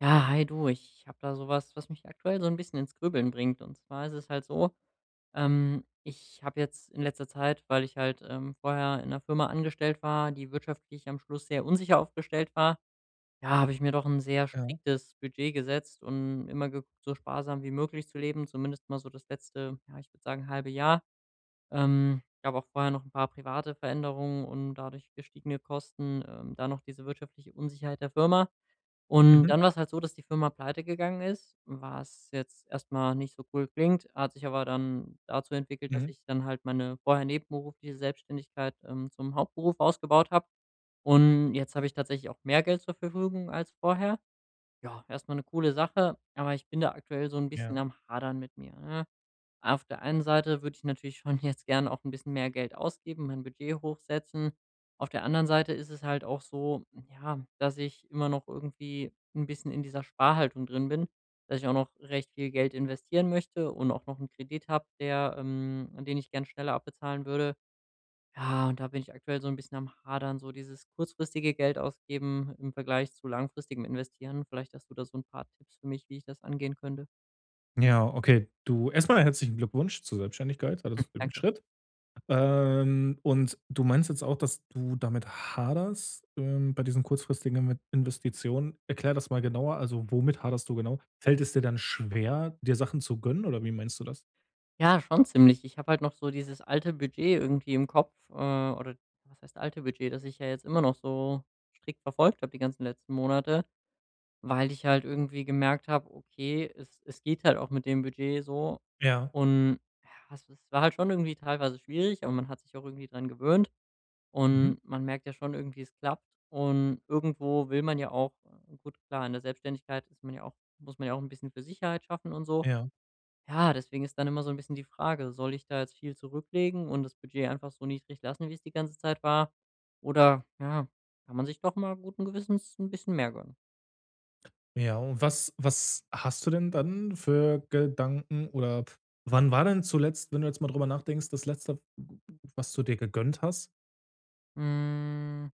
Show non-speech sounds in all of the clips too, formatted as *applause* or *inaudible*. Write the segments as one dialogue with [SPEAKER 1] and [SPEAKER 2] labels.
[SPEAKER 1] Ja, hi du, ich habe da so was, was mich aktuell so ein bisschen ins Grübeln bringt. Und zwar ist es halt so, ich habe jetzt in letzter Zeit, weil ich halt, vorher in 'ner Firma angestellt war, die wirtschaftlich am Schluss sehr unsicher aufgestellt war, ja, habe ich mir doch ein sehr
[SPEAKER 2] Ja.
[SPEAKER 1] striktes Budget gesetzt und immer geguckt, so sparsam wie möglich zu leben, zumindest mal so das letzte, ja, ich würde sagen, halbe Jahr. Ich habe auch vorher noch ein paar private Veränderungen und dadurch gestiegene Kosten, dann noch diese wirtschaftliche Unsicherheit der Firma. Und
[SPEAKER 2] Mhm.
[SPEAKER 1] dann war es halt so, dass die Firma pleite gegangen ist, was jetzt erstmal nicht so cool klingt, hat sich aber dann dazu entwickelt, dass
[SPEAKER 2] Mhm.
[SPEAKER 1] ich dann halt meine vorher nebenberufliche Selbstständigkeit, zum Hauptberuf ausgebaut habe. Und jetzt habe ich tatsächlich auch mehr Geld zur Verfügung als vorher. Ja, erstmal eine coole Sache, aber ich bin da aktuell so ein
[SPEAKER 2] Ja.
[SPEAKER 1] bisschen am Hadern mit mir, ne? Auf der einen Seite würde ich natürlich schon *laughs* jetzt gern auch ein bisschen mehr Geld ausgeben, mein Budget hochsetzen. Auf der anderen Seite ist es halt auch so, ja, dass ich immer noch irgendwie ein bisschen in dieser Sparhaltung drin bin, dass ich auch noch recht viel Geld investieren möchte und auch noch einen Kredit habe, der den ich gern schneller abbezahlen würde. Ja, und da bin ich aktuell so ein bisschen am Hadern, so dieses kurzfristige Geld ausgeben im Vergleich zu langfristigem Investieren. Vielleicht hast du da so ein paar Tipps für mich, wie ich das angehen könnte?
[SPEAKER 2] Ja, okay. Du erstmal herzlichen Glückwunsch zur Selbstständigkeit, also, zu dem
[SPEAKER 1] Danke.
[SPEAKER 2] Schritt. Und du meinst jetzt auch, dass du damit haderst, bei diesen kurzfristigen Investitionen. Erklär das mal genauer. Also, womit haderst du genau? Fällt es dir dann schwer, dir Sachen zu gönnen oder wie meinst du das?
[SPEAKER 1] Ja, schon ziemlich. Ich habe halt noch so dieses alte Budget irgendwie im Kopf, oder was heißt alte Budget, das ich ja jetzt immer noch so strikt verfolgt habe die ganzen letzten Monate, weil ich halt irgendwie gemerkt habe, okay, es geht halt auch mit dem Budget so.
[SPEAKER 2] Ja.
[SPEAKER 1] Und ja, es war halt schon irgendwie teilweise schwierig, aber man hat sich auch irgendwie dran gewöhnt.
[SPEAKER 2] Mhm.
[SPEAKER 1] Und man merkt ja schon irgendwie, es klappt. Und irgendwo will man ja auch, gut, klar, in der Selbstständigkeit ist man ja auch, muss man ja auch ein bisschen für Sicherheit schaffen und so.
[SPEAKER 2] Ja.
[SPEAKER 1] Ja, deswegen ist dann immer so ein bisschen die Frage, soll ich da jetzt viel zurücklegen und das Budget einfach so niedrig lassen, wie es die ganze Zeit war? Oder, ja, kann man sich doch mal guten Gewissens ein bisschen mehr gönnen.
[SPEAKER 2] Ja, und was hast du denn dann für Gedanken oder wann war denn zuletzt, wenn du jetzt mal drüber nachdenkst, das letzte, was du dir gegönnt hast?
[SPEAKER 1] Hm,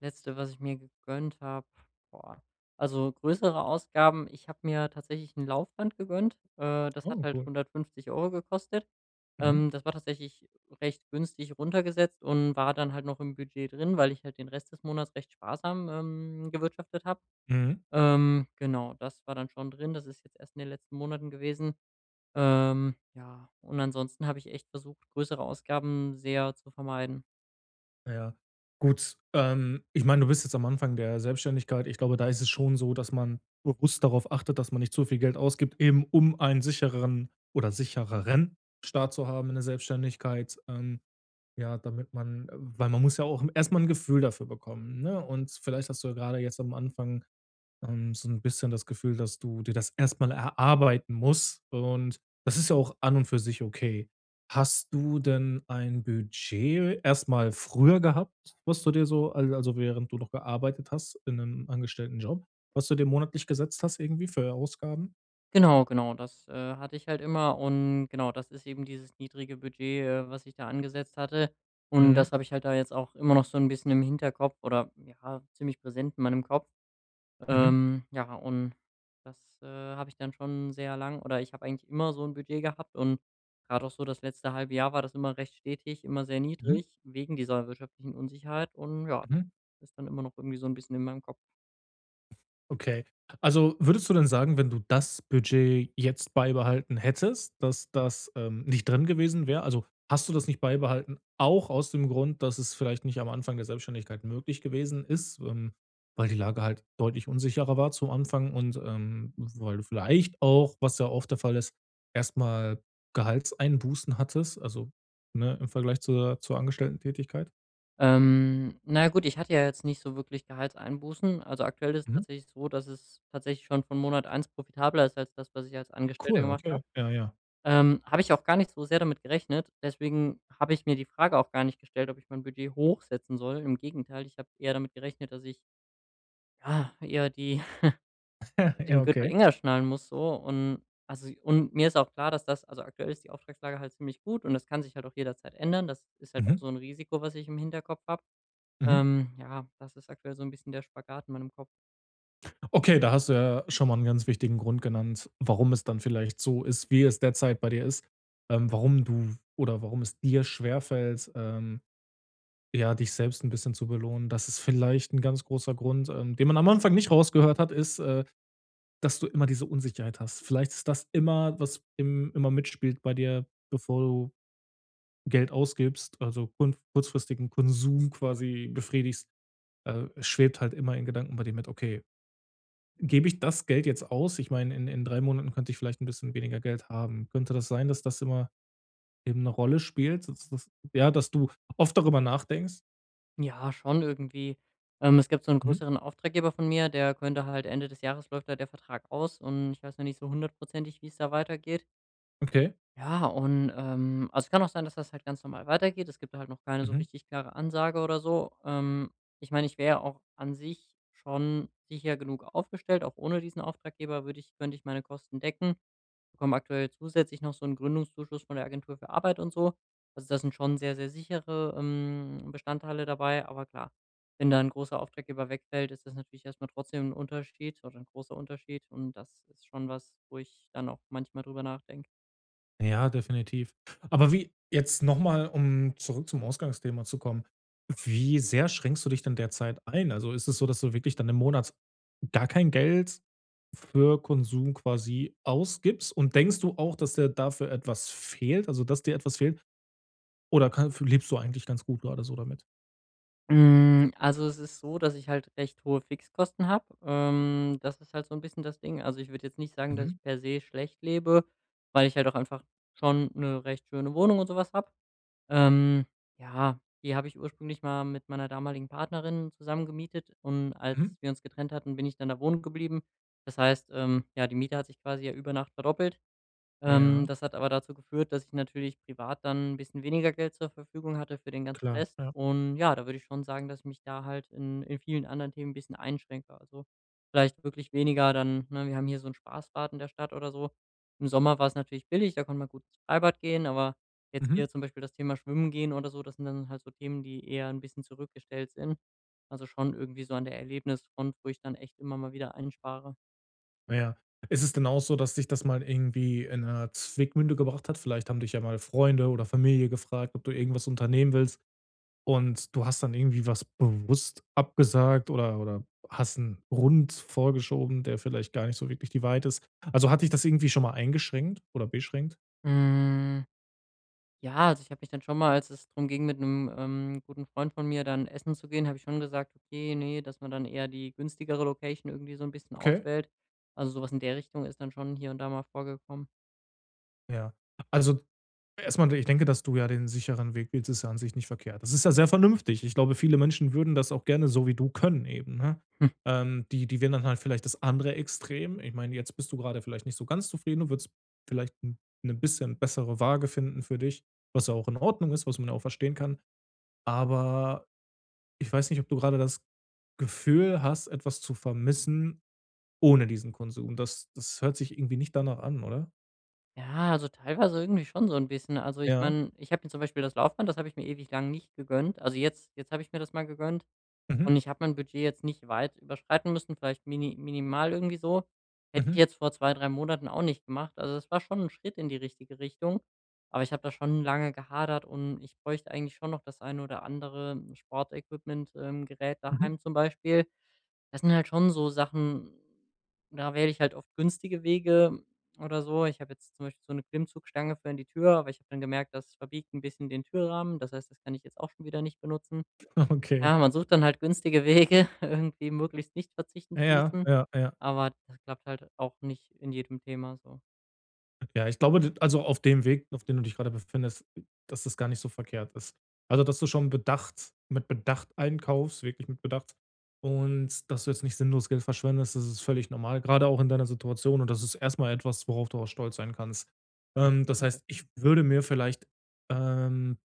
[SPEAKER 1] letzte, was ich mir gegönnt habe, boah, also größere Ausgaben, ich habe mir tatsächlich ein Laufband gegönnt. Das hat
[SPEAKER 2] Oh,
[SPEAKER 1] halt
[SPEAKER 2] cool.
[SPEAKER 1] 150 € gekostet.
[SPEAKER 2] Mhm.
[SPEAKER 1] Das war tatsächlich recht günstig runtergesetzt und war dann halt noch im Budget drin, weil ich halt den Rest des Monats recht sparsam, gewirtschaftet habe.
[SPEAKER 2] Mhm.
[SPEAKER 1] Genau, das war dann schon drin. Das ist jetzt erst in den letzten Monaten gewesen. Ja, und ansonsten habe ich echt versucht, größere Ausgaben sehr zu vermeiden.
[SPEAKER 2] Ja. Gut, ich meine, du bist jetzt am Anfang der Selbstständigkeit. Ich glaube, da ist es schon so, dass man bewusst darauf achtet, dass man nicht zu viel Geld ausgibt, eben um einen sichereren Start zu haben in der Selbstständigkeit. Ja, damit man, weil man muss ja auch erstmal ein Gefühl dafür bekommen, ne? Und vielleicht hast du ja gerade jetzt am Anfang so ein bisschen das Gefühl, dass du dir das erstmal erarbeiten musst, und das ist ja auch an und für sich okay. Hast du denn ein Budget erstmal früher gehabt, was du dir so al also, während du noch gearbeitet hast in einem angestellten Job, was du dir monatlich gesetzt hast irgendwie für Ausgaben?
[SPEAKER 1] Genau, genau, das hatte ich halt immer. Und genau, das ist eben dieses niedrige Budget, was ich da angesetzt hatte. Und
[SPEAKER 2] Mhm.
[SPEAKER 1] das habe ich halt da jetzt auch immer noch so ein bisschen im Hinterkopf oder ja, ziemlich präsent in meinem Kopf.
[SPEAKER 2] Mhm.
[SPEAKER 1] Ja, und das habe ich dann schon sehr lang oder ich habe eigentlich immer so ein Budget gehabt und gerade auch so das letzte halbe Jahr war das immer recht stetig, immer sehr
[SPEAKER 2] Mhm.
[SPEAKER 1] niedrig wegen dieser wirtschaftlichen Unsicherheit und ja,
[SPEAKER 2] Mhm.
[SPEAKER 1] ist dann immer noch irgendwie so ein bisschen in meinem Kopf.
[SPEAKER 2] Okay. Also, würdest du denn sagen, wenn du das Budget jetzt beibehalten hättest, dass das, nicht drin gewesen wäre? Also, hast du das nicht beibehalten, auch aus dem Grund, dass es vielleicht nicht am Anfang der Selbstständigkeit möglich gewesen ist, weil die Lage halt deutlich unsicherer war zum Anfang, und, weil du vielleicht auch, was ja oft der Fall ist, erstmal Gehaltseinbußen hattest, also, ne, im Vergleich zur tätigkeit.
[SPEAKER 1] Na ja gut, ich hatte ja jetzt nicht so wirklich Gehaltseinbußen. Also, aktuell ist es
[SPEAKER 2] Mhm.
[SPEAKER 1] tatsächlich so, dass es tatsächlich schon von Monat eins profitabler ist als das, was ich als Angestellter
[SPEAKER 2] Cool,
[SPEAKER 1] gemacht
[SPEAKER 2] okay.
[SPEAKER 1] habe.
[SPEAKER 2] Ja, ja.
[SPEAKER 1] Habe ich auch gar nicht so sehr damit gerechnet. Deswegen habe ich mir die Frage auch gar nicht gestellt, ob ich mein Budget hochsetzen soll. Im Gegenteil, ich habe eher damit gerechnet, dass ich, ja, eher die *laughs*
[SPEAKER 2] *laughs* Ja,
[SPEAKER 1] den Gürtel
[SPEAKER 2] okay.
[SPEAKER 1] enger schnallen muss so und also, und mir ist auch klar, dass das, also aktuell ist die Auftragslage halt ziemlich gut und das kann sich halt auch jederzeit ändern. Das ist halt
[SPEAKER 2] Mhm.
[SPEAKER 1] auch so ein Risiko, was ich im Hinterkopf habe.
[SPEAKER 2] Mhm.
[SPEAKER 1] Ja, das ist aktuell so ein bisschen der Spagat in meinem Kopf.
[SPEAKER 2] Okay, da hast du ja schon mal einen ganz wichtigen Grund genannt, warum es dann vielleicht so ist, wie es derzeit bei dir ist. Warum du oder warum es dir schwerfällt, ja, dich selbst ein bisschen zu belohnen. Das ist vielleicht ein ganz großer Grund, den man am Anfang nicht rausgehört hat, ist, dass du immer diese Unsicherheit hast. Vielleicht ist das immer, was im immer mitspielt bei dir, bevor du Geld ausgibst, also kun kurzfristigen Konsum quasi befriedigst, es schwebt halt immer in Gedanken bei dir mit: „Okay, Gebe ich das Geld jetzt aus? Ich meine, in 3 Monaten könnte ich vielleicht ein bisschen weniger Geld haben. Könnte das sein, dass das immer eben eine Rolle spielt, dass das ja, dass du oft darüber nachdenkst?"
[SPEAKER 1] Ja, schon irgendwie. Es gibt so einen
[SPEAKER 2] Mhm.
[SPEAKER 1] größeren Auftraggeber von mir, der könnte halt, Ende des Jahres läuft da der Vertrag aus und ich weiß noch nicht so hundertprozentig, wie es da weitergeht.
[SPEAKER 2] Okay.
[SPEAKER 1] Ja, und, also, es kann auch sein, dass das halt ganz normal weitergeht. Es gibt halt noch keine so
[SPEAKER 2] Mhm.
[SPEAKER 1] richtig klare Ansage oder so. Ich meine, ich wäre ja auch an sich schon sicher genug aufgestellt. Auch ohne diesen Auftraggeber würde ich könnte ich meine Kosten decken, bekommen aktuell zusätzlich noch so einen Gründungszuschuss von der Agentur für Arbeit und so. Also, das sind schon sehr, sehr sichere, Bestandteile dabei. Aber klar, wenn da ein großer Auftraggeber wegfällt, ist das natürlich erstmal trotzdem ein Unterschied oder ein großer Unterschied und das ist schon was, wo ich dann auch manchmal drüber nachdenke.
[SPEAKER 2] Ja, definitiv. Aber wie jetzt noch mal, um zurück zum Ausgangsthema zu kommen, wie sehr schränkst du dich denn derzeit ein? Also, ist es so, dass du wirklich dann im Monat gar kein Geld für Konsum quasi ausgibst, und denkst du auch, dass dir dafür etwas fehlt, also dass dir etwas fehlt, oder kann lebst du eigentlich ganz gut grade so damit?
[SPEAKER 1] Hm, also, es ist so, dass ich halt recht hohe Fixkosten habe. Das ist halt so ein bisschen das Ding. Also, ich würde jetzt nicht sagen, dass
[SPEAKER 2] Mhm,
[SPEAKER 1] ich per se schlecht lebe, weil ich halt auch einfach schon eine recht schöne Wohnung und sowas was habe. Ähm, ja, die habe ich ursprünglich mal mit meiner damaligen Partnerin zusammen gemietet und
[SPEAKER 2] mhm.
[SPEAKER 1] als wir uns getrennt hatten, bin ich dann da wohnen geblieben. Das heißt, ja, die Miete hat sich quasi ja über Nacht verdoppelt.
[SPEAKER 2] Ja,
[SPEAKER 1] Das hat aber dazu geführt, dass ich natürlich privat dann ein bisschen weniger Geld zur Verfügung hatte für den ganzen
[SPEAKER 2] klar,
[SPEAKER 1] Rest.
[SPEAKER 2] ja.
[SPEAKER 1] Und ja, da würde ich schon sagen, dass ich mich da halt in vielen anderen Themen ein bisschen einschränke. Also, vielleicht wirklich weniger dann, ne, wir haben hier so 'n Spaßbad in der Stadt oder so. Im Sommer war es natürlich billig, da konnte man gut ins Freibad gehen, aber jetzt
[SPEAKER 2] Mhm.
[SPEAKER 1] hier zum Beispiel das Thema Schwimmen gehen oder so, das sind dann halt so Themen, die eher ein bisschen zurückgestellt sind. Also, schon irgendwie so an der Erlebnisfront, wo ich dann echt immer mal wieder einspare.
[SPEAKER 2] Na ja. Ist es denn auch so, dass dich das mal irgendwie in einer Zwickmühle gebracht hat? Vielleicht haben dich ja mal Freunde oder Familie gefragt, ob du irgendwas unternehmen willst, und du hast dann irgendwie was bewusst abgesagt oder hast 'n Grund vorgeschoben, der vielleicht gar nicht so wirklich die Weite ist. Also, hat dich das irgendwie schon mal eingeschränkt oder beschränkt?
[SPEAKER 1] Hm. Ja, also ich habe mich dann schon mal, als es darum ging, mit einem, guten Freund von mir dann essen zu gehen, habe ich schon gesagt: „Okay, nee", dass man dann eher die günstigere Location irgendwie so ein bisschen
[SPEAKER 2] Okay,
[SPEAKER 1] auswählt. Also, sowas in der Richtung ist dann schon hier und da mal vorgekommen.
[SPEAKER 2] ja. Also, Erstmal, ich denke, dass du ja den sicheren Weg wählst, ist ja an sich nicht verkehrt. Das ist ja sehr vernünftig. Ich glaube, viele Menschen würden das auch gerne so wie du können eben, ne?
[SPEAKER 1] Hm.
[SPEAKER 2] Die wählen dann halt vielleicht das andere Extrem. Ich meine, jetzt bist du gerade vielleicht nicht so ganz zufrieden. Du würdest vielleicht 'n 'ne bisschen bessere Waage finden für dich, was ja auch in Ordnung ist, was man ja auch verstehen kann. Aber ich weiß nicht, ob du gerade das Gefühl hast, etwas zu vermissen ohne diesen Konsum. Das hört sich irgendwie nicht danach an, oder?
[SPEAKER 1] Ja, also teilweise irgendwie schon so ein bisschen. Also, ich
[SPEAKER 2] Ja.
[SPEAKER 1] meine, ich habe mir zum Beispiel das Laufband, das habe ich mir ewig lang nicht gegönnt. Also, jetzt habe ich mir das mal gegönnt.
[SPEAKER 2] Mhm.
[SPEAKER 1] Und ich habe mein Budget jetzt nicht weit überschreiten müssen, vielleicht minimal irgendwie so. Hätte ich
[SPEAKER 2] Mhm.
[SPEAKER 1] jetzt vor 2 3 Monaten auch nicht gemacht. Also, es war schon ein Schritt in die richtige Richtung, aber ich habe da schon lange gehadert und ich bräuchte eigentlich schon noch das eine oder andere Sportequipment, Gerät
[SPEAKER 2] Mhm.
[SPEAKER 1] daheim zum Beispiel. Das sind halt schon so Sachen, da wähle ich halt oft günstige Wege oder so. Ich habe jetzt zum Beispiel so eine Klimmzugstange für in die Tür, aber ich habe dann gemerkt, das verbiegt ein bisschen den Türrahmen. Das heißt, das kann ich jetzt auch schon wieder nicht benutzen.
[SPEAKER 2] *laughs* Okay.
[SPEAKER 1] Ja, man sucht dann halt günstige Wege, *laughs* irgendwie möglichst nicht verzichten zu
[SPEAKER 2] Ja,
[SPEAKER 1] müssen,
[SPEAKER 2] ja, ja.
[SPEAKER 1] aber das klappt halt auch nicht in jedem Thema so.
[SPEAKER 2] Ja, ich glaube, d also auf dem Weg, auf dem du dich gerade befindest, dass das gar nicht so verkehrt ist. Also, dass du schon bedacht mit Bedacht einkaufst, wirklich mit Bedacht, und dass du jetzt nicht sinnlos Geld verschwendest, das ist völlig normal, gerade auch in deiner Situation, und das ist erstmal etwas, worauf du auch stolz sein kannst.
[SPEAKER 1] Hm,
[SPEAKER 2] Das
[SPEAKER 1] okay.
[SPEAKER 2] heißt, ich würde mir vielleicht, ähm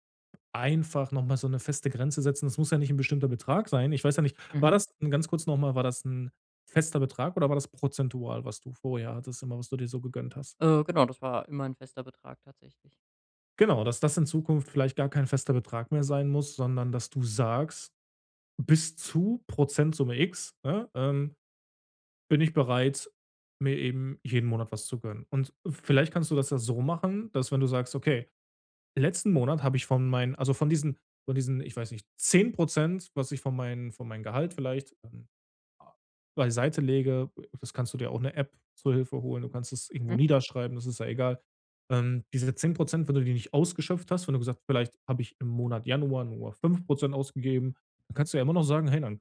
[SPEAKER 2] Einfach noch mal so 'ne feste Grenze setzen. Das muss ja nicht 'n bestimmter Betrag sein. Ich weiß ja nicht, war
[SPEAKER 1] Mhm.
[SPEAKER 2] das ganz kurz noch mal, war das 'n fester Betrag oder war das prozentual, was du vorher hattest, immer was du dir so gegönnt hast?
[SPEAKER 1] Genau, das war immer ein fester Betrag tatsächlich.
[SPEAKER 2] Genau, dass das in Zukunft vielleicht gar kein fester Betrag mehr sein muss, sondern dass du sagst: „Bis zu Prozentsumme X, ne, bin ich bereit, mir eben jeden Monat was zu gönnen.“ Und vielleicht kannst du das ja so machen, dass wenn du sagst: „Okay, letzten Monat habe ich von meinen, also von diesen ich weiß nicht, 10%, was ich von meinen von meinem Gehalt vielleicht, a beiseite lege, das kannst du dir auch eine App zur Hilfe holen, du kannst es irgendwo
[SPEAKER 1] Mhm,
[SPEAKER 2] niederschreiben, das ist ja egal. Diese 10%, wenn du die nicht ausgeschöpft hast, wenn du gesagt vielleicht habe ich im Monat Januar nur 5% ausgegeben, dann kannst du ja immer noch sagen: „Hey, dann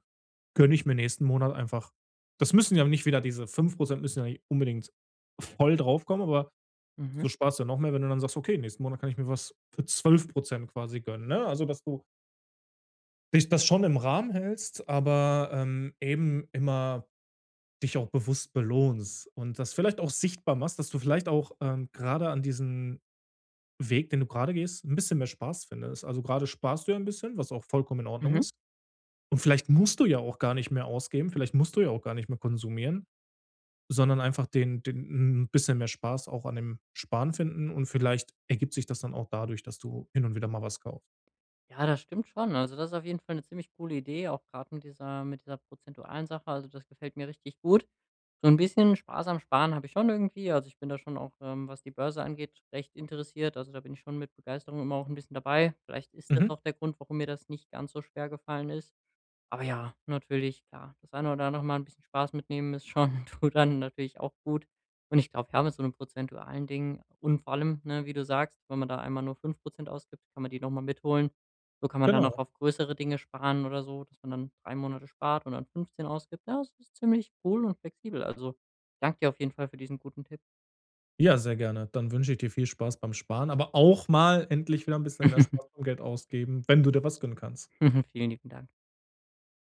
[SPEAKER 2] gönne ich mir nächsten Monat einfach“, das müssen ja nicht wieder diese 5% müssen ja nicht unbedingt voll draufkommen, aber
[SPEAKER 1] mhm,
[SPEAKER 2] so sparst du ja noch mehr, wenn du dann sagst: „Okay, nächsten Monat kann ich mir was für 12% quasi gönnen“, ne? Also, dass du dich das schon im Rahmen hältst, aber, eben immer dich auch bewusst belohnst, und das vielleicht auch sichtbar machst, dass du vielleicht auch, grade an diesen Weg, den du gerade gehst, ein bisschen mehr Spaß findest. Also, gerade sparst du ja 'n bisschen, was auch vollkommen in Ordnung
[SPEAKER 1] mhm.
[SPEAKER 2] ist, und vielleicht musst du ja auch gar nicht mehr ausgeben, vielleicht musst du ja auch gar nicht mehr konsumieren. Sondern einfach den ein bisschen mehr Spaß auch an dem Sparen finden, und vielleicht ergibt sich das dann auch dadurch, dass du hin und wieder mal was kaufst.
[SPEAKER 1] Ja, das stimmt schon. Also, das ist auf jeden Fall eine ziemlich coole Idee, auch grad mit dieser, prozentualen Sache. Also, das gefällt mir richtig gut. So ein bisschen sparsam sparen habe ich schon irgendwie. Also, ich bin da schon auch, was die Börse angeht, recht interessiert. Also, da bin ich schon mit Begeisterung immer auch ein bisschen dabei. Vielleicht ist das
[SPEAKER 2] Mhm,
[SPEAKER 1] auch der Grund, warum mir das nicht ganz so schwer gefallen ist. Aber ja, natürlich, klar, das eine oder andere Mal ein bisschen Spaß mitnehmen ist schon, *laughs* tut dann natürlich auch gut. Und ich glaube, ja, mit so 'nem prozentualen Ding und vor allem, ne, wie du sagst, wenn man da einmal nur 5% ausgibt, kann man die noch mal mitholen. So kann man dann auch
[SPEAKER 2] genau.
[SPEAKER 1] auf größere Dinge sparen oder so, dass man dann 3 Monate spart und dann 15 ausgibt. Ja, es ist ziemlich cool und flexibel. Also, danke dir auf jeden Fall für diesen guten Tipp.
[SPEAKER 2] Ja, sehr gerne. Dann wünsche ich dir viel Spaß beim Sparen, aber auch mal endlich wieder ein bisschen mehr Spaß
[SPEAKER 1] *laughs*
[SPEAKER 2] beim Geld ausgeben, wenn du dir was gönnen kannst.
[SPEAKER 1] Vielen lieben Dank.